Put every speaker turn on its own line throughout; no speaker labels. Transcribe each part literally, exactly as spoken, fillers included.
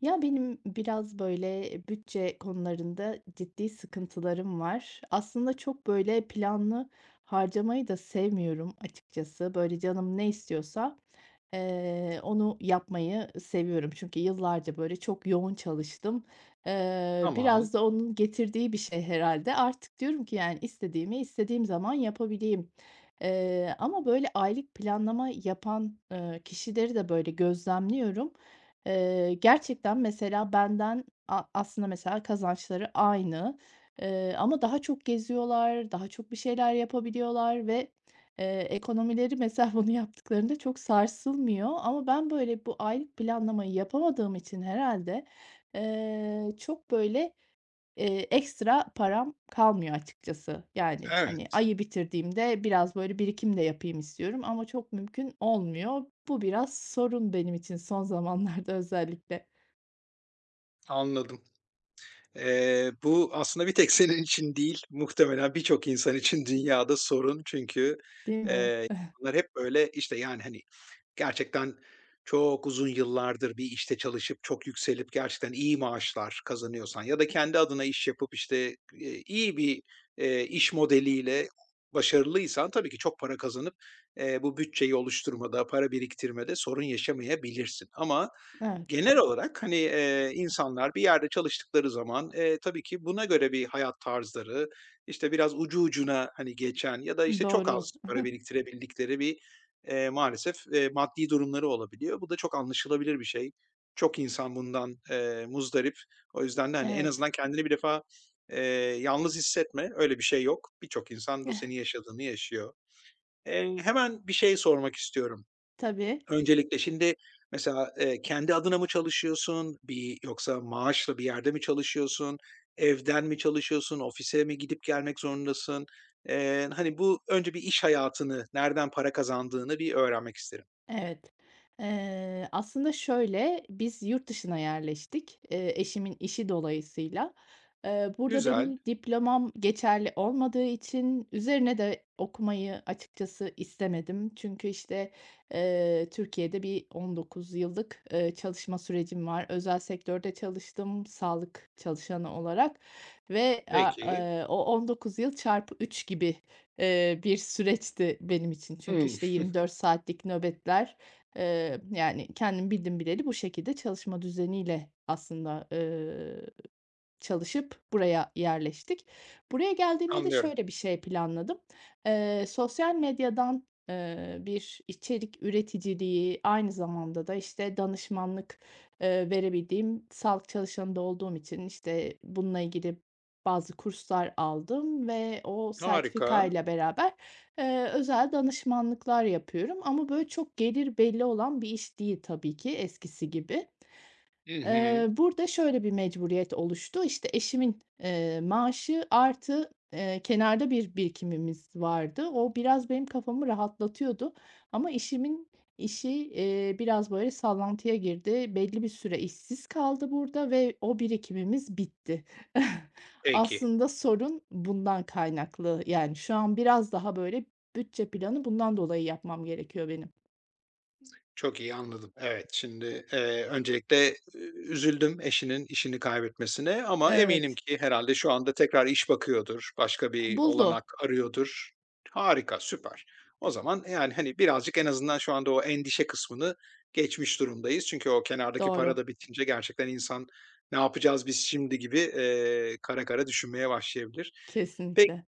Ya, benim biraz, böyle, bütçe konularında ciddi sıkıntılarım var. Aslında çok, böyle, planlı harcamayı da sevmiyorum açıkçası. Böyle, canım ne istiyorsa, eee, onu yapmayı seviyorum. Çünkü yıllarca, böyle, çok yoğun çalıştım. Eee,
Tamam,
biraz da onun getirdiği bir şey herhalde. Artık diyorum ki, yani, istediğimi istediğim zaman yapabileyim. Eee, ama, böyle, aylık planlama yapan, eee, kişileri de, böyle, gözlemliyorum. Eee, gerçekten mesela benden a aslında mesela kazançları aynı, eee, ama daha çok geziyorlar, daha çok bir şeyler yapabiliyorlar ve eee, ekonomileri mesela bunu yaptıklarında çok sarsılmıyor, ama ben böyle bu aylık planlamayı yapamadığım için herhalde eee, çok böyle, Eee, ekstra param kalmıyor açıkçası. Yani, hani,
evet,
ayı bitirdiğimde biraz böyle birikim de yapayım istiyorum ama çok mümkün olmuyor. Bu biraz sorun benim için son zamanlarda özellikle,
anladım. Eee, bu aslında bir tek senin için değil, muhtemelen birçok insan için dünyada sorun. Çünkü,
değil mi?
eee, bunlar hep böyle, işte, yani, hani, gerçekten çok uzun yıllardır bir işte çalışıp, çok yükselip gerçekten iyi maaşlar kazanıyorsan ya da kendi adına iş yapıp, işte, eee, iyi bir, eee, iş modeliyle başarılıysan tabii ki çok para kazanıp, eee, bu bütçeyi oluşturmada, para biriktirmede sorun yaşamayabilirsin. Ama
Evet,
genel olarak, hani, eee, insanlar bir yerde çalıştıkları zaman, eee, tabii ki buna göre bir hayat tarzları, işte, biraz ucu ucuna, hani, geçen ya da, işte, çok
doğru.
az para biriktirebildikleri bir, eee, maalesef, eee, maddi durumları olabiliyor. Bu da çok anlaşılabilir bir şey. Çok insan bundan, eee, muzdarip. O yüzden de, hani, en
Evet,
azından kendini bir defa, eee, yalnız hissetme, öyle bir şey yok. Birçok insan bu
eh,
senin yaşadığını yaşıyor. Eee, hemen bir şey sormak istiyorum.
tabii.
Öncelikle şimdi mesela, eee, kendi adına mı çalışıyorsun? Bir yoksa maaşla bir yerde mi çalışıyorsun? Evden mi çalışıyorsun? Ofise mi gidip gelmek zorundasın? Eee, hani, bu önce bir iş hayatını, nereden para kazandığını bir öğrenmek isterim.
Evet. Eee, aslında şöyle, biz yurt dışına yerleştik, eee, eşimin işi dolayısıyla. Eee, burada
Güzel,
benim diplomam geçerli olmadığı için üzerine de okumayı açıkçası istemedim. Çünkü işte, eee, Türkiye'de bir on dokuz yıllık, eee, çalışma sürecim var. Özel sektörde çalıştım, sağlık çalışanı olarak ve a
peki.
eee, o on dokuz yıl çarpı üç gibi Eee, bir süreçti benim için çünkü,
Hımm,
işte, yirmi dört saatlik nöbetler, eee, yani, kendim bildim bileli bu şekilde çalışma düzeniyle aslında. eee Çalışıp buraya yerleştik. Buraya geldiğimde de
anlıyorum.
şöyle bir şey planladım. Eee, sosyal medyadan eee, bir içerik üreticiliği, aynı zamanda da, işte, danışmanlık, eee, verebildiğim, sağlık çalışanında olduğum için, işte, bununla ilgili bazı kurslar aldım ve o
Harika.
sertifika ile beraber, eee, özel danışmanlıklar yapıyorum ama böyle çok gelir belli olan bir iş değil tabii ki, eskisi gibi.
Hı hı.
Eee, burada şöyle bir mecburiyet oluştu. İşte, eşimin eee, maaşı artı, eee, kenarda bir birikimimiz vardı. O biraz benim kafamı rahatlatıyordu ama işimin işi eee, biraz böyle sallantıya girdi. Belli bir süre işsiz kaldı burada ve o birikimimiz bitti.
Peki.
Aslında sorun bundan kaynaklı. Yani, şu an biraz daha böyle bütçe planı bundan dolayı yapmam gerekiyor benim.
Çok iyi anladım. Evet, şimdi, eee, öncelikle, ü üzüldüm eşinin işini kaybetmesine ama eminim
Evet.
ki herhalde şu anda tekrar iş bakıyordur, başka bir olanak
Buldu.
arıyordur. Harika, süper. O zaman, yani, hani, birazcık en azından şu anda o endişe kısmını geçmiş durumdayız. Çünkü o kenardaki para
Doğru.
da bitince gerçekten insan "Ne yapacağız biz şimdi?" gibi, eee, kara kara düşünmeye başlayabilir. Peki.
Kesinlikle.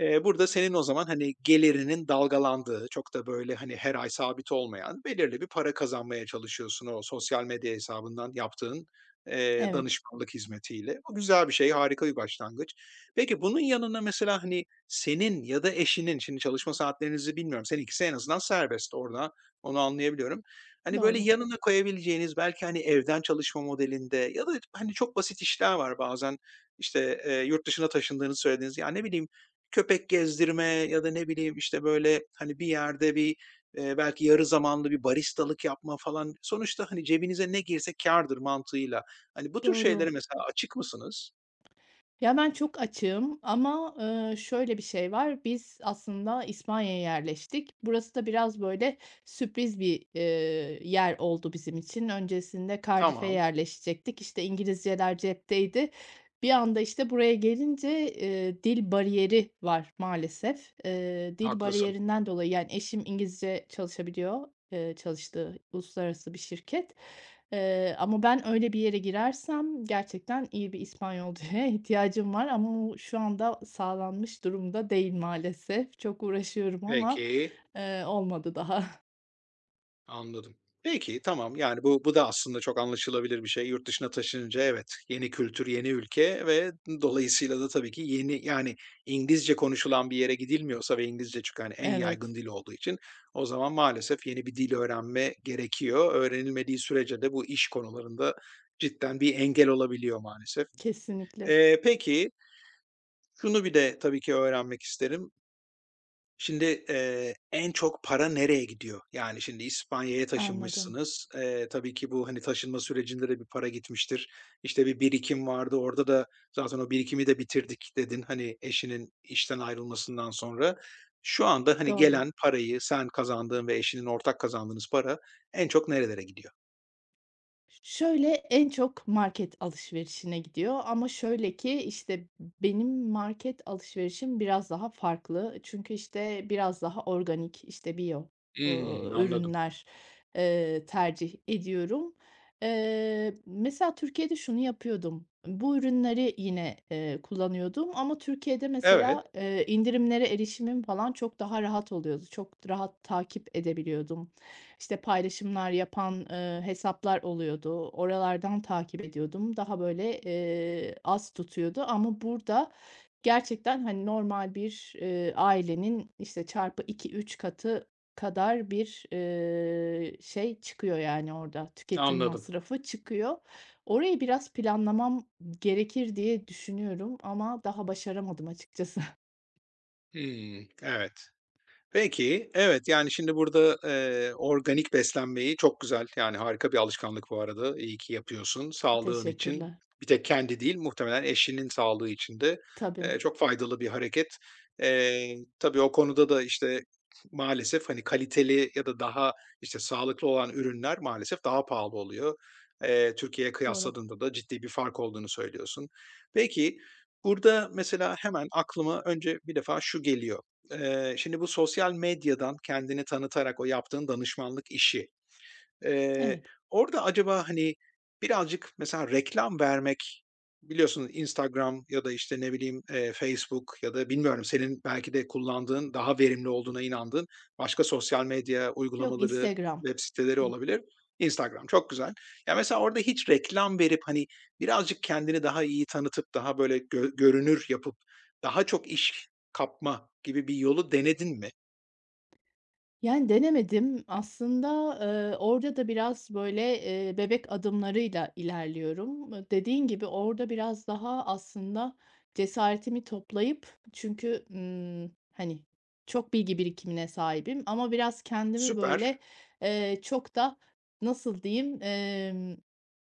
Eee, burada senin o zaman, hani, gelirinin dalgalandığı, çok da böyle, hani, her ay sabit olmayan belirli bir para kazanmaya çalışıyorsun o sosyal medya hesabından yaptığın, eee,
Evet.
danışmanlık hizmetiyle. Bu güzel bir şey, harika bir başlangıç. Peki bunun yanına mesela, hani, senin ya da eşinin, şimdi çalışma saatlerinizi bilmiyorum, seninkisi en azından serbest orada, onu anlayabiliyorum. Hani, böyle
Doğru,
yanına koyabileceğiniz belki, hani, evden çalışma modelinde ya da, hani, çok basit işler var bazen, işte, eee, yurt dışına taşındığını söylediğiniz. Ya, ne bileyim, köpek gezdirme ya da ne bileyim, işte, böyle, hani, bir yerde bir, eee, belki yarı zamanlı bir baristalık yapma falan. Sonuçta, hani, cebinize ne girse kârdır mantığıyla. Hani, bu tür şeylere
doğru.
mesela açık mısınız?
Ya, ben çok açığım, ama eee, şöyle bir şey var, biz aslında İspanya'ya yerleştik. Burası da biraz böyle sürpriz bir eee, yer oldu bizim için. Öncesinde Cardiff'e
Tamam,
yerleşecektik. İşte, İngilizceler cepteydi. Bir anda, işte, buraya gelince eee, dil bariyeri var maalesef. Eee, dil
haklısın.
bariyerinden dolayı, yani, eşim İngilizce çalışabiliyor, eee, çalıştığı uluslararası bir şirket. Eee, ama ben öyle bir yere girersem gerçekten iyi bir İspanyolcaya ihtiyacım var ama o şu anda sağlanmış durumda değil maalesef. Çok uğraşıyorum ama
Peki.
eee, olmadı daha.
Anladım. Peki, tamam. Yani, bu bu da aslında çok anlaşılabilir bir şey. Yurt dışına taşınınca evet, yeni kültür, yeni ülke ve dolayısıyla da tabii ki yeni, yani, İngilizce konuşulan bir yere gidilmiyorsa ve İngilizce çünkü, hani, en yaygın
Evet,
dil olduğu için o zaman maalesef yeni bir dil öğrenme gerekiyor. Öğrenilmediği sürece de bu iş konularında cidden bir engel olabiliyor maalesef.
kesinlikle.
Eee, peki, şunu bir de tabii ki öğrenmek isterim. Şimdi, eee, en çok para nereye gidiyor? Yani, şimdi İspanya'ya
Anladım.
taşınmışsınız. Eee, tabii ki bu, hani, taşınma sürecinde de bir para gitmiştir. İşte, bir birikim vardı, orada da zaten o birikimi de bitirdik dedin, hani, eşinin işten ayrılmasından sonra. Şu anda, hani,
Doğru.
gelen parayı sen kazandığın ve eşinin ortak kazandığınız para en çok nerelere gidiyor?
Şöyle, en çok market alışverişine gidiyor, ama şöyle ki, işte, benim market alışverişim biraz daha farklı. Çünkü, işte, biraz daha organik, işte, biyo,
Hımm,
ııı,
anladım.
ürünler eee, tercih ediyorum. Eee, mesela Türkiye'de şunu yapıyordum, bu ürünleri yine eee, kullanıyordum ama Türkiye'de
Evet,
mesela eee, indirimlere erişimim falan çok daha rahat oluyordu. Çok rahat takip edebiliyordum. İşte paylaşımlar yapan eee, hesaplar oluyordu. Oralardan takip ediyordum. Daha böyle eee, az tutuyordu ama burada gerçekten, hani, normal bir eee, ailenin, işte, çarpı iki üç katı kadar bir eee, şey çıkıyor, yani, orada tüketim
anladım.
masrafı çıkıyor. Orayı biraz planlamam gerekir diye düşünüyorum, ama daha başaramadım açıkçası.
Hımm, evet. Peki, evet, yani, şimdi burada, eee, organik beslenmeyi çok güzel, yani, harika bir alışkanlık bu arada. İyi ki yapıyorsun. Sağlığın için
Teşekkürler.
bir tek kendi değil, muhtemelen eşinin sağlığı için de,
Tabii,
eee, çok faydalı bir hareket. Eee, tabii o konuda da, işte, maalesef, hani, kaliteli ya da daha, işte, sağlıklı olan ürünler maalesef daha pahalı oluyor. Eee, Türkiye'ye
doğru.
kıyasladığında da ciddi bir fark olduğunu söylüyorsun. Peki, burada mesela hemen aklıma önce bir defa şu geliyor. Eee, şimdi bu sosyal medyadan kendini tanıtarak o yaptığın danışmanlık işi, Eee,
Evet.
orada acaba, hani, birazcık mesela reklam vermek, biliyorsun Instagram ya da, işte, ne bileyim, eee, Facebook ya da bilmiyorum senin belki de kullandığın, daha verimli olduğuna inandığın başka sosyal medya
Yok,
uygulamaları,
Instagram.
web siteleri olabilir. Instagram çok güzel. Ya, mesela orada hiç reklam verip, hani, birazcık kendini daha iyi tanıtıp, daha böyle gö görünür yapıp, daha çok iş kapma gibi bir yolu denedin mi?
Yani, denemedim. Aslında eee, orada da biraz, böyle, eee, bebek adımlarıyla ilerliyorum. Iıı, dediğin gibi orada biraz daha aslında cesaretimi toplayıp, çünkü ımm, hani, çok bilgi birikimine sahibim, ama biraz kendimi,
Süper.
böyle, eee, çok da nasıl diyeyim, emm,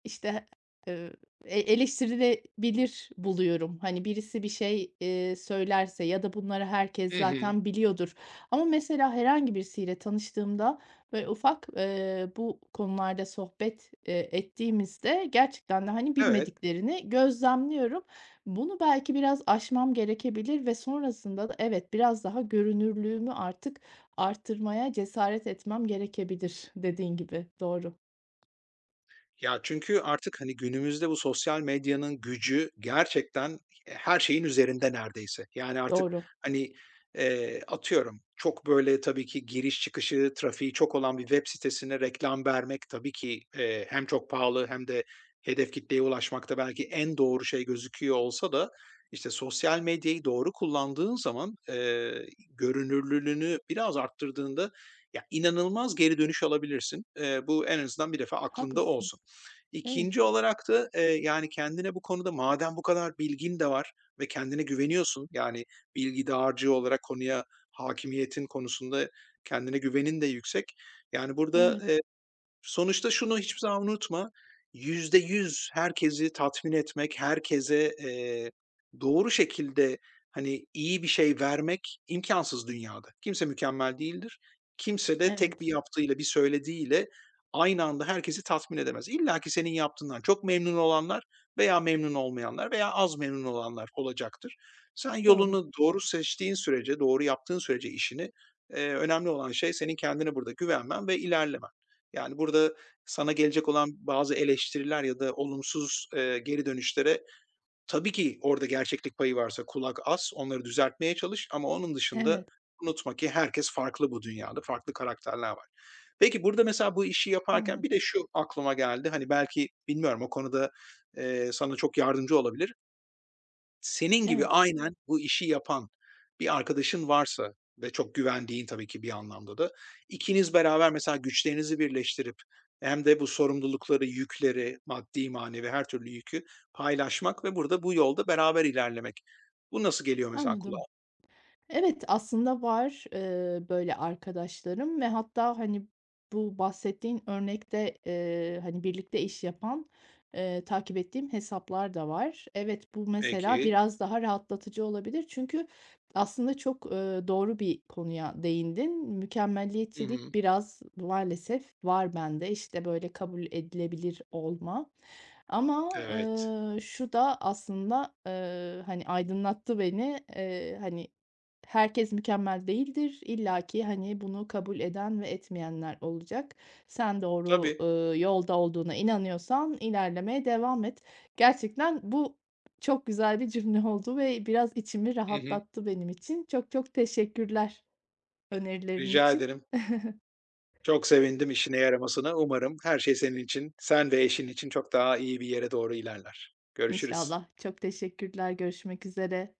işte, eee, e eleştirilebilir buluyorum. Hani, birisi bir şey eee, söylerse ya da bunları
Hı
herkes
hı.
zaten biliyordur, ama mesela herhangi birisiyle tanıştığımda, böyle, ufak eee, bu konularda sohbet eee, ettiğimizde gerçekten de, hani,
Evet.
bilmediklerini gözlemliyorum. Bunu belki biraz aşmam gerekebilir ve sonrasında da evet, biraz daha görünürlüğümü artık arttırmaya cesaret etmem gerekebilir dediğin gibi. Doğru,
Ya, çünkü artık, hani, günümüzde bu sosyal medyanın gücü gerçekten e, her şeyin üzerinde neredeyse. Yani, artık,
doğru.
hani, eee, atıyorum, çok, böyle, tabii ki giriş çıkışı, trafiği çok olan bir web sitesine reklam vermek tabii ki, eee, hem çok pahalı hem de hedef kitleye ulaşmakta belki en doğru şey gözüküyor olsa da, işte, sosyal medyayı doğru kullandığın zaman, eee, görünürlülüğünü biraz arttırdığında, ya, inanılmaz geri dönüş alabilirsin. Eee, bu en azından bir defa aklında
Haklısın.
olsun.
Evet,
İkinci olarak da, eee, yani, kendine bu konuda madem bu kadar bilgin de var ve kendine güveniyorsun, yani, bilgi dağarcığı olarak konuya hakimiyetin konusunda kendine güvenin de yüksek. Yani, burada.
evet,
Sonuçta şunu hiçbir zaman unutma, yüzde yüz herkesi tatmin etmek, herkese, eee, doğru şekilde, hani, iyi bir şey vermek imkansız dünyada. Kimse mükemmel değildir. Kimse de tek bir
evet.
yaptığıyla, bir söylediğiyle aynı anda herkesi tatmin edemez. İlla ki senin yaptığından çok memnun olanlar veya memnun olmayanlar veya az memnun olanlar olacaktır. Sen
Doğru.
yolunu doğru seçtiğin sürece, doğru yaptığın sürece işini, eee, önemli olan şey senin kendine burada güvenmen ve ilerlemen. Yani, burada sana gelecek olan bazı eleştiriler ya da olumsuz, eee, geri dönüşlere tabii ki orada gerçeklik payı varsa kulak as, onları düzeltmeye çalış ama onun dışında
Evet,
unutma ki herkes farklı bu dünyada, farklı karakterler var. Peki, burada mesela bu işi yaparken
anladım.
bir de şu aklıma geldi, hani, belki bilmiyorum o konuda, eee, sana çok yardımcı olabilir. Senin gibi
Evet,
aynen bu işi yapan bir arkadaşın varsa ve çok güvendiğin tabii ki bir anlamda da, ikiniz beraber mesela güçlerinizi birleştirip hem de bu sorumlulukları, yükleri, maddi manevi her türlü yükü paylaşmak ve burada bu yolda beraber ilerlemek. Bu nasıl geliyor mesela kulağa?
anladım. Evet, aslında var eee, böyle arkadaşlarım ve hatta, hani, bu bahsettiğin örnekte, eee, hani, birlikte iş yapan eee, takip ettiğim hesaplar da var. Evet, bu mesela
Peki.
biraz daha rahatlatıcı olabilir, çünkü aslında çok eee, doğru bir konuya değindin.
Hı hı.
Mükemmeliyetçilik biraz maalesef var bende. İşte böyle kabul edilebilir olma. Ama
Evet.
ııı, şu da aslında eee, hani, aydınlattı beni. Eee, hani, herkes mükemmel değildir. İllaki, hani, bunu kabul eden ve etmeyenler olacak. Sen doğru
Tabii.
ııı, yolda olduğuna inanıyorsan ilerlemeye devam et. Gerçekten bu çok güzel bir cümle oldu ve biraz içimi
Hı hı.
rahatlattı benim için. Çok çok teşekkürler önerilerin
Rica
için.
ederim. Çok sevindim işine yaramasına. Umarım her şey senin için, sen ve eşin için çok daha iyi bir yere doğru ilerler. Görüşürüz.
İnşallah. Çok teşekkürler. Görüşmek üzere.